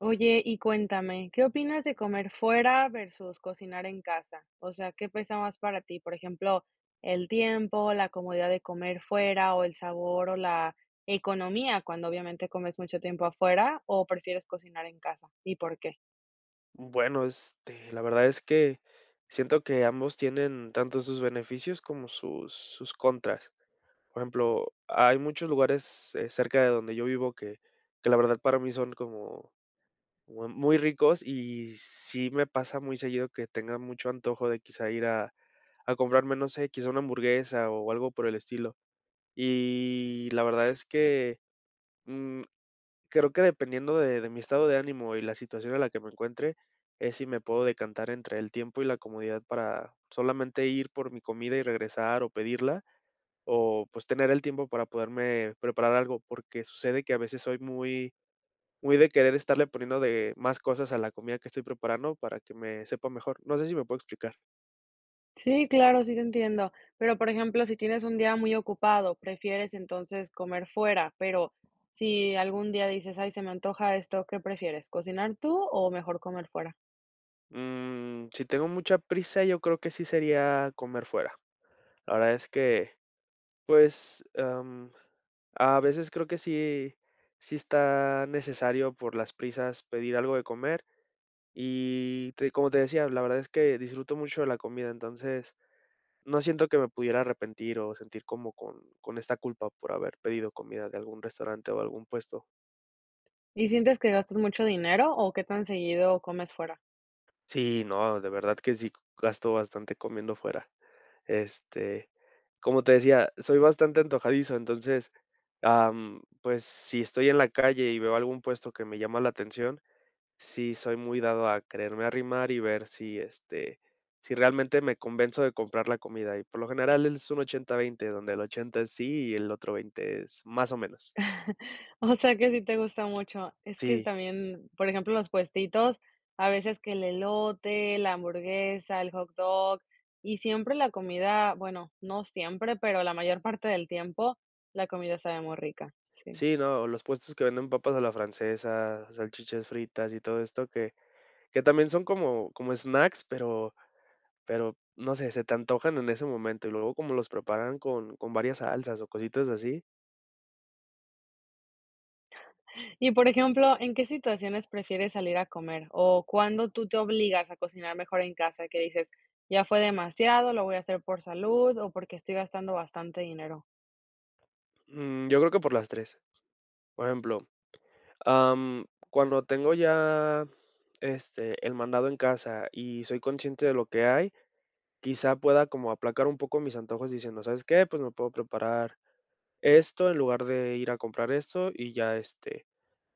Oye, y cuéntame, ¿qué opinas de comer fuera versus cocinar en casa? O sea, ¿qué pesa más para ti? Por ejemplo, el tiempo, la comodidad de comer fuera o el sabor o la economía cuando obviamente comes mucho tiempo afuera o prefieres cocinar en casa y por qué. Bueno, este, la verdad es que siento que ambos tienen tanto sus beneficios como sus contras. Por ejemplo, hay muchos lugares cerca de donde yo vivo que la verdad para mí son como muy ricos y sí me pasa muy seguido que tenga mucho antojo de quizá ir a comprarme, no sé, quizá una hamburguesa o algo por el estilo. Y la verdad es que creo que dependiendo de mi estado de ánimo y la situación en la que me encuentre, es si me puedo decantar entre el tiempo y la comodidad para solamente ir por mi comida y regresar o pedirla, o, pues, tener el tiempo para poderme preparar algo, porque sucede que a veces soy muy muy de querer estarle poniendo de más cosas a la comida que estoy preparando para que me sepa mejor. No sé si me puedo explicar. Sí, claro, sí te entiendo. Pero por ejemplo, si tienes un día muy ocupado, prefieres entonces comer fuera, pero si algún día dices, ay, se me antoja esto, ¿qué prefieres? ¿Cocinar tú o mejor comer fuera? Si tengo mucha prisa, yo creo que sí sería comer fuera. La verdad es que, pues, a veces creo que sí está necesario por las prisas pedir algo de comer y te como te decía, la verdad es que disfruto mucho de la comida, entonces no siento que me pudiera arrepentir o sentir como con esta culpa por haber pedido comida de algún restaurante o algún puesto. ¿Y sientes que gastas mucho dinero o qué tan seguido comes fuera? Sí, no, de verdad que sí gasto bastante comiendo fuera. Este, como te decía, soy bastante antojadizo, entonces, pues, si estoy en la calle y veo algún puesto que me llama la atención, sí soy muy dado a quererme arrimar y ver si, este, si realmente me convenzo de comprar la comida, y por lo general es un 80/20, donde el 80 es sí y el otro 20 es más o menos. O sea, que sí te gusta mucho. Es que Sí, también, por ejemplo, los puestitos, a veces que el elote, la hamburguesa, el hot dog, y siempre la comida, bueno, no siempre, pero la mayor parte del tiempo, la comida sabe muy rica, sí. sí, no, los puestos que venden papas a la francesa, salchichas fritas y todo esto que también son como snacks, Pero, no sé, se te antojan en ese momento, y luego como los preparan con varias salsas o cositas así. Y, por ejemplo, ¿en qué situaciones prefieres salir a comer? O, ¿cuándo tú te obligas a cocinar mejor en casa? Que dices: "Ya fue demasiado, lo voy a hacer por salud o porque estoy gastando bastante dinero". Yo creo que por las tres. Por ejemplo, cuando tengo ya, este, el mandado en casa y soy consciente de lo que hay, quizá pueda como aplacar un poco mis antojos diciendo: "¿Sabes qué? Pues me puedo preparar esto en lugar de ir a comprar esto", y ya, este,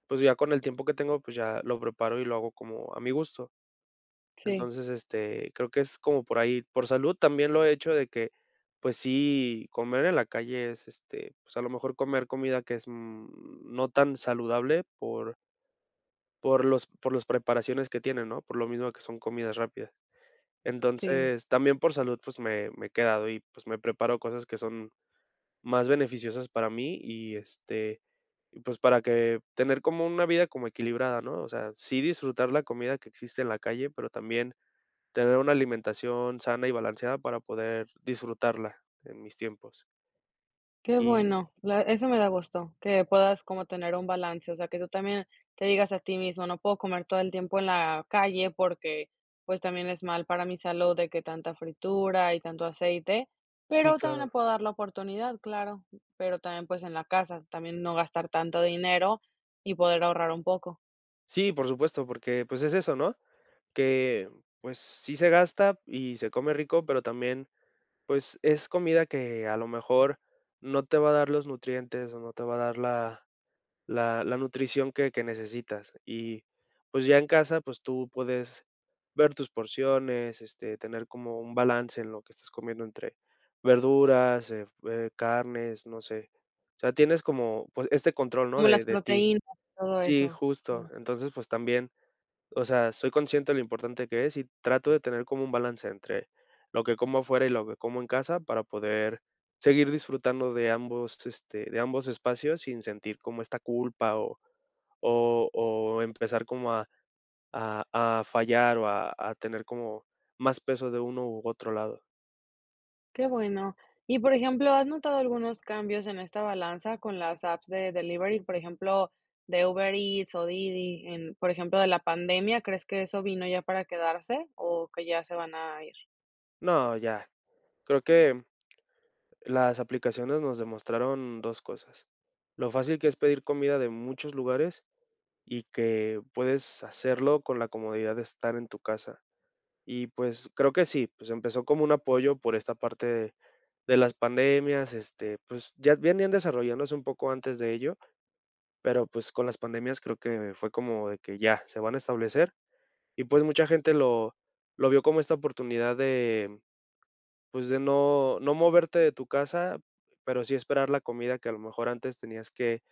pues ya con el tiempo que tengo, pues ya lo preparo y lo hago como a mi gusto. Sí, Entonces, este, creo que es como por ahí. Por salud también lo he hecho de que, pues sí, comer en la calle es, este, pues a lo mejor comer comida que es no tan saludable por, por las preparaciones que tienen, ¿no? Por lo mismo que son comidas rápidas. sí, Entonces, también por salud, pues me he quedado y pues me preparo cosas que son más beneficiosas para mí y este, pues para que tener como una vida como equilibrada, ¿no? O sea, sí disfrutar la comida que existe en la calle, pero también tener una alimentación sana y balanceada para poder disfrutarla en mis tiempos. qué Y bueno, la eso me da gusto, que puedas como tener un balance, o sea, que tú también te digas a ti mismo, no puedo comer todo el tiempo en la calle porque, pues, también es mal para mi salud de que tanta fritura y tanto aceite, sí, pero también le claro. puedo dar la oportunidad, claro, pero también, pues, en la casa, también no gastar tanto dinero y poder ahorrar un poco, Sí, por supuesto, porque, pues, es eso, ¿no? Que, pues, sí se gasta y se come rico, pero también, pues, es comida que a lo mejor no te va a dar los nutrientes, o no te va a dar la nutrición que necesitas. Y pues ya en casa, pues tú puedes ver tus porciones, este, tener como un balance en lo que estás comiendo entre verduras, carnes, no sé. O sea, tienes como pues este control, ¿no? como las De ti. proteínas, todo Sí, eso, justo. sí. Entonces, pues también, o sea, soy consciente de lo importante que es y trato de tener como un balance entre lo que como afuera y lo que como en casa para poder seguir disfrutando de ambos, este, de ambos espacios sin sentir como esta culpa o, o empezar como a, a- a fallar o a tener como más peso de uno u otro lado. Qué bueno. Y por ejemplo, ¿has notado algunos cambios en esta balanza con las apps de delivery, por ejemplo, de Uber Eats o Didi, en, por ejemplo, de la pandemia? ¿Crees que eso vino ya para quedarse o que ya se van a No, ya. Creo que las aplicaciones nos demostraron dos cosas. Lo fácil que es pedir comida de muchos lugares y que puedes hacerlo con la comodidad de estar en tu casa. Y pues creo que sí, pues empezó como un apoyo por esta parte de las pandemias, este, pues ya venían desarrollándose un poco antes de ello. Pero, pues, con las pandemias creo que fue como de que ya, se van a establecer, y, pues, mucha gente lo vio como esta oportunidad de, pues, de no moverte de tu casa, pero sí esperar la comida que a lo mejor antes tenías que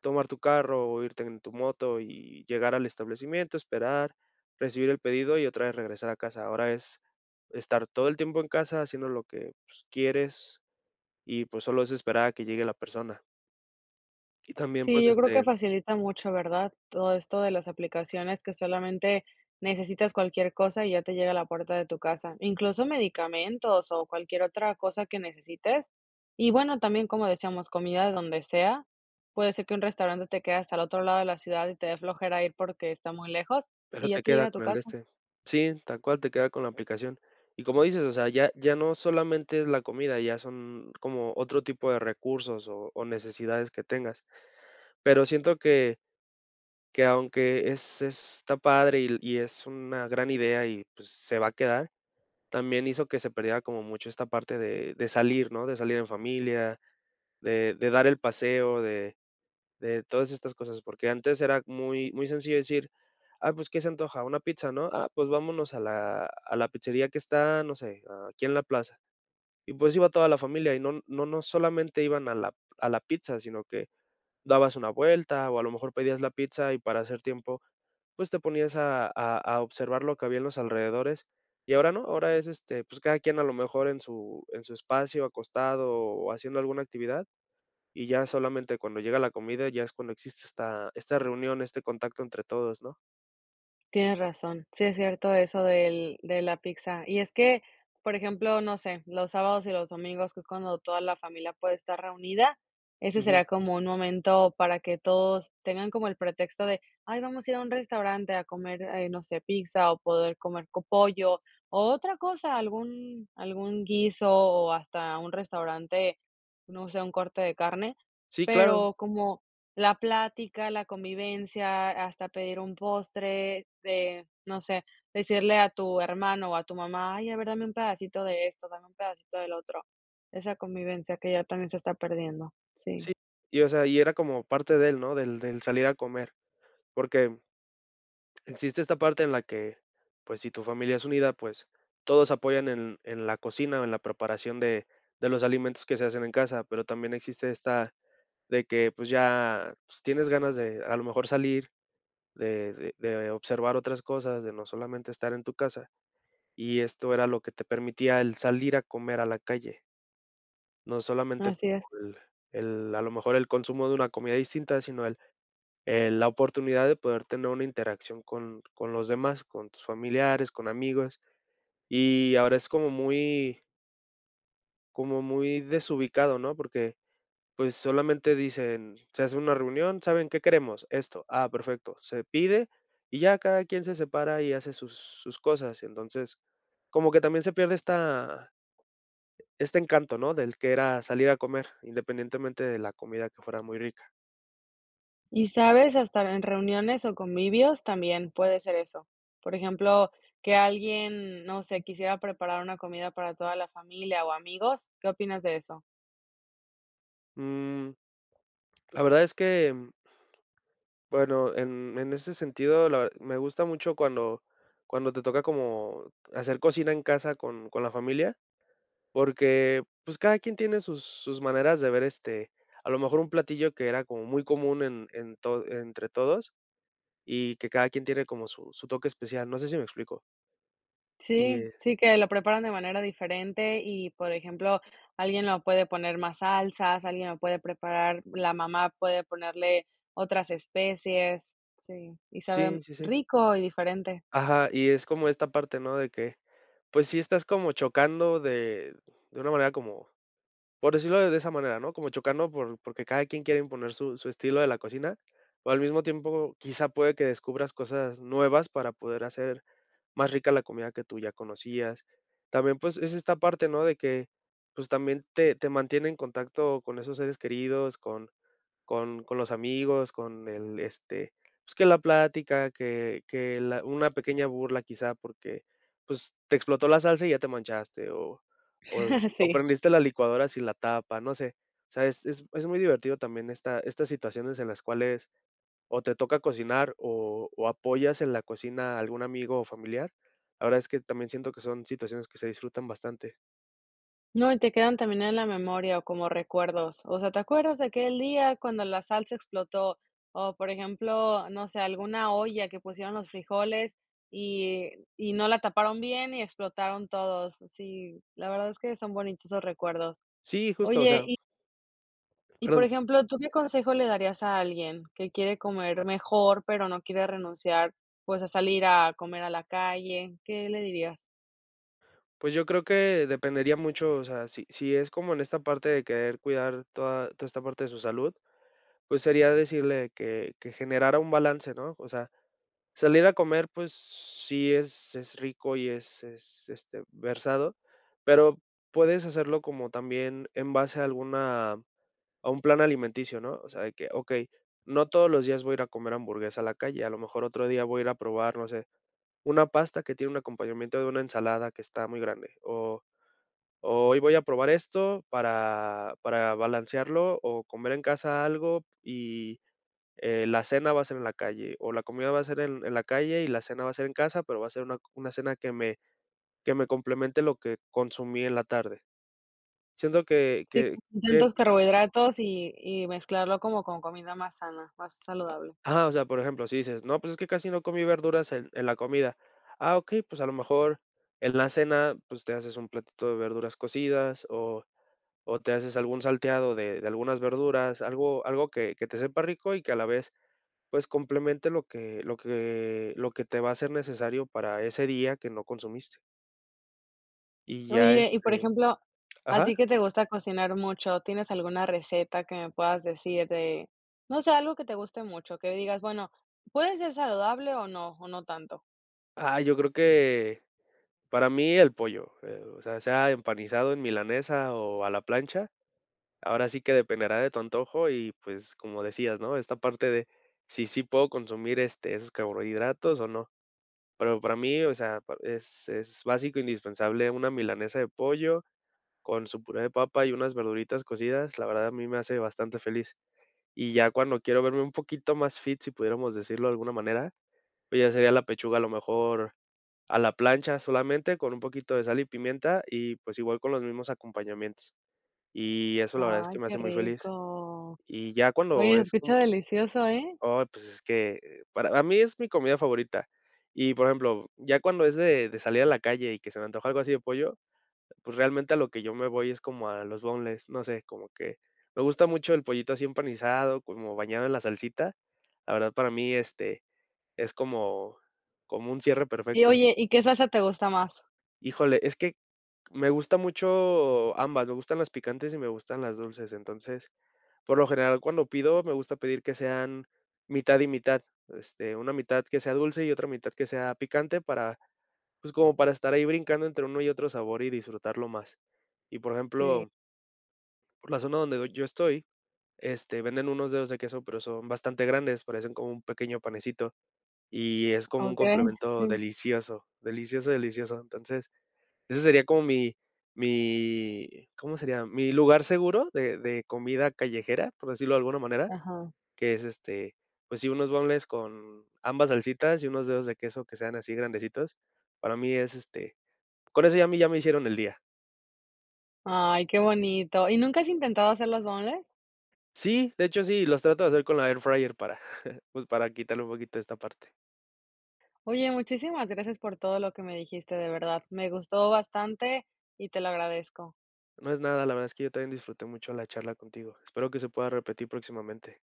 tomar tu carro o irte en tu moto y llegar al establecimiento, esperar, recibir el pedido y otra vez regresar a casa. Ahora es estar todo el tiempo en casa haciendo lo que, pues, quieres y, pues, solo es esperar a que llegue la persona. Y también, Sí, pues, yo creo que este. facilita mucho, ¿verdad? Todo esto de las aplicaciones que solamente necesitas cualquier cosa y ya te llega a la puerta de tu casa, incluso medicamentos o cualquier otra cosa que necesites. Y bueno, también como decíamos, comida de donde sea. Puede ser que un restaurante te quede hasta el otro lado de la ciudad y te dé flojera ir porque está muy lejos Pero y ya te te llega queda a tu con el de casa. este. Sí, tal cual, te queda con la aplicación. Y como dices, o sea, ya no solamente es la comida, ya son como otro tipo de recursos o necesidades que tengas. Pero siento que aunque está padre y es una gran idea y, pues, se va a quedar, también hizo que se perdiera como mucho esta parte de salir, ¿no? De salir en familia, de dar el paseo, de todas estas cosas, porque antes era muy, muy sencillo decir, ah, pues, ¿qué se antoja? Una pizza, ¿no? Ah, pues vámonos a la, pizzería que está, no sé, aquí en la plaza. Y pues iba toda la familia y no, no, no solamente iban a la pizza, sino que dabas una vuelta o a lo mejor pedías la pizza y para hacer tiempo, pues te ponías a, a observar lo que había en los alrededores. Y ahora no, ahora es este, pues cada quien a lo mejor en su, espacio, acostado o haciendo alguna actividad y ya solamente cuando llega la comida, ya es cuando existe esta reunión, este contacto entre todos, ¿no? Tienes razón. Sí, es cierto eso del de la pizza. Y es que, por ejemplo, no sé, los sábados y los domingos, que es cuando toda la familia puede estar reunida, ese Ujú. será como un momento para que todos tengan como el pretexto de: "Ay, vamos a ir a un restaurante a comer, no sé, pizza o poder comer co pollo o otra cosa, algún guiso o hasta un restaurante, no sé, un corte de carne", Sí, claro, pero como la plática, la convivencia, hasta pedir un postre, de, no sé, decirle a tu hermano o a tu mamá: "Ay, a ver, dame un pedacito de esto, dame un pedacito del otro". Esa convivencia que ya también se está perdiendo. Sí, sí. Y, o sea, y era como parte de él, ¿no? Del salir a comer, porque existe esta parte en la que, pues, si tu familia es unida, pues, todos apoyan en la cocina o en la preparación de los alimentos que se hacen en casa, pero también existe esta de que, pues, ya, pues, tienes ganas de, a lo mejor, salir, de de observar otras cosas, de no solamente estar en tu casa. Y esto era lo que te permitía el salir a comer a la calle, no solamente así es. como el a lo mejor el consumo de una comida distinta, sino el la oportunidad de poder tener una interacción con los demás, con tus familiares, con amigos. Y ahora es como muy desubicado, ¿no? Porque, pues, solamente dicen, se hace una reunión, ¿saben qué queremos? Esto, ah, perfecto, se pide y ya cada quien se separa y hace sus cosas. Entonces, como que también se pierde esta Este encanto, ¿no? Del que era salir a comer, independientemente de la comida que fuera muy rica. Y, ¿sabes? Hasta en reuniones o convivios también puede ser eso. Por ejemplo, que alguien, no sé, quisiera preparar una comida para toda la familia o amigos, ¿qué opinas de eso? Mm, la verdad es que, bueno, en ese sentido, me gusta mucho cuando te toca como hacer cocina en casa con la familia, porque, pues, cada quien tiene sus maneras de ver, este, a lo mejor un platillo que era como muy común en to entre todos, y que cada quien tiene como su toque especial, no sé si me explico. Y Sí, es sí, que lo preparan de manera diferente y, por ejemplo, alguien lo puede poner más salsas, alguien lo puede preparar, la mamá puede ponerle otras especies, sí, y sabe Sí, sí, sí. rico y diferente. Ajá, y es como esta parte, ¿no? De que, pues sí estás como chocando de una manera como, por decirlo de esa manera, ¿no? Como chocando porque cada quien quiere imponer su estilo de la cocina, o al mismo tiempo quizá puede que descubras cosas nuevas para poder hacer más rica la comida que tú ya conocías. También pues es esta parte, ¿no? De que pues también te mantiene en contacto con esos seres queridos, con, con los amigos, con el, este, pues, que la plática, que la una pequeña burla quizá porque, pues, te explotó la salsa y ya te manchaste, o o s o Sí. prendiste la licuadora sin la tapa, no sé. O sea, es muy divertido también estas situaciones en las cuales o te toca cocinar o apoyas en la cocina a algún amigo o familiar. La verdad es que también siento que son situaciones que se disfrutan bastante. No, y te quedan también en la memoria o como recuerdos. O sea, ¿te acuerdas de aquel día cuando la salsa explotó? O, por ejemplo, no sé, alguna olla que pusieron los frijoles y, y no la taparon bien y explotaron todos. Sí, la verdad es que son bonitos esos recuerdos. Sí, justo, o Oye, sea y por perdón. ejemplo, ¿tú qué consejo le darías a alguien que quiere comer mejor, pero no quiere renunciar, pues, a salir a comer a la calle? ¿Qué le dirías? Pues yo creo que dependería mucho, o sea, si es como en esta parte de querer cuidar toda esta parte de su salud, pues sería decirle que generara un balance, ¿no? O sea, salir a comer, pues sí es rico y es, versado, pero puedes hacerlo como también en base a alguna a un plan alimenticio, ¿no? O sea, de que, okey, no todos los días voy a ir a comer hamburguesa a la calle, a lo mejor otro día voy a ir a probar, no sé, una pasta que tiene un acompañamiento de una ensalada que está muy grande, o hoy voy a probar esto para balancearlo, o comer en casa algo y, la cena va a ser en la calle, o la comida va a ser en la calle y la cena va a ser en casa, pero va a ser una cena que me complemente lo que consumí en la tarde. Siento que Sí, que con que, tantos pues carbohidratos y mezclarlo como con comida más sana, más saludable. ajá, o sea, por ejemplo, si dices: "No, pues, es que casi no comí verduras en la comida". Ah, ok pues, a lo mejor en la cena, pues, te haces un platito de verduras cocidas o te haces algún salteado de algunas verduras, algo que te sepa rico y que a la vez, pues, complemente lo que te va a ser necesario para ese día que no consumiste. Y ya, Oye, y por ejemplo, a ajá. ti que te gusta cocinar mucho, ¿tienes alguna receta que me puedas decir de, no sé, algo que te guste mucho, que digas, bueno, puede ser saludable o no tanto? Ah, yo creo que para mí el pollo, o sea, sea empanizado en milanesa o a la plancha, ahora sí que dependerá de tu antojo y, pues, como decías, ¿no? Esta parte de si sí puedo consumir, esos carbohidratos o no. Pero para mí, o sea, pa es básico, indispensable una milanesa de pollo con su puré de papa y unas verduritas cocidas, la verdad a mí me hace bastante feliz. Y ya cuando quiero verme un poquito más fit, si pudiéramos decirlo de alguna manera, pues ya sería la pechuga a lo mejor a la plancha solamente con un poquito de sal y pimienta y, pues, igual con los mismos acompañamientos. Y eso la verdad es que Ay, me qué hace muy feliz. rico. Y ya cuando Oye, se es escucha como delicioso, ¿eh? Oh, pues, es que, para a mí es mi comida favorita. Y, por ejemplo, ya cuando es de salir a la calle y que se me antoja algo así de pollo, pues, realmente a lo que yo me voy es como a los boneless, no sé, como que me gusta mucho el pollito así empanizado, como bañado en la salsita. La verdad, para mí, es como un cierre Y perfecto. oye, ¿y qué salsa te gusta más? Híjole, es que me gusta mucho ambas, me gustan las picantes y me gustan las dulces, entonces, por lo general, cuando pido, me gusta pedir que sean mitad y mitad, una mitad que sea dulce y otra mitad que sea picante para, pues, como para estar ahí brincando entre uno y otro sabor y disfrutarlo más. Y, por Sí, ejemplo, por la zona donde do yo estoy, venden unos dedos de queso, pero son bastante grandes, parecen como un pequeño panecito, y es como un okey, sí, complemento delicioso, delicioso, delicioso. Entonces, ese sería como mi, ¿cómo sería? Mi lugar seguro de comida callejera, por decirlo de alguna manera, ajá. que es, pues sí, unos boneless con ambas salsitas y unos dedos de queso que sean así grandecitos. Para mí es, con eso ya a mí ya me hicieron el día. Ay, qué bonito, ¿y nunca has intentado hacer los boneless? Sí, de hecho sí, los trato de hacer con la air fryer para, pues, para quitarle un poquito esta parte. Oye, muchísimas gracias por todo lo que me dijiste, de verdad, me gustó bastante y te lo agradezco. No es nada, la verdad es que yo también disfruté mucho la charla contigo. Espero que se pueda repetir próximamente.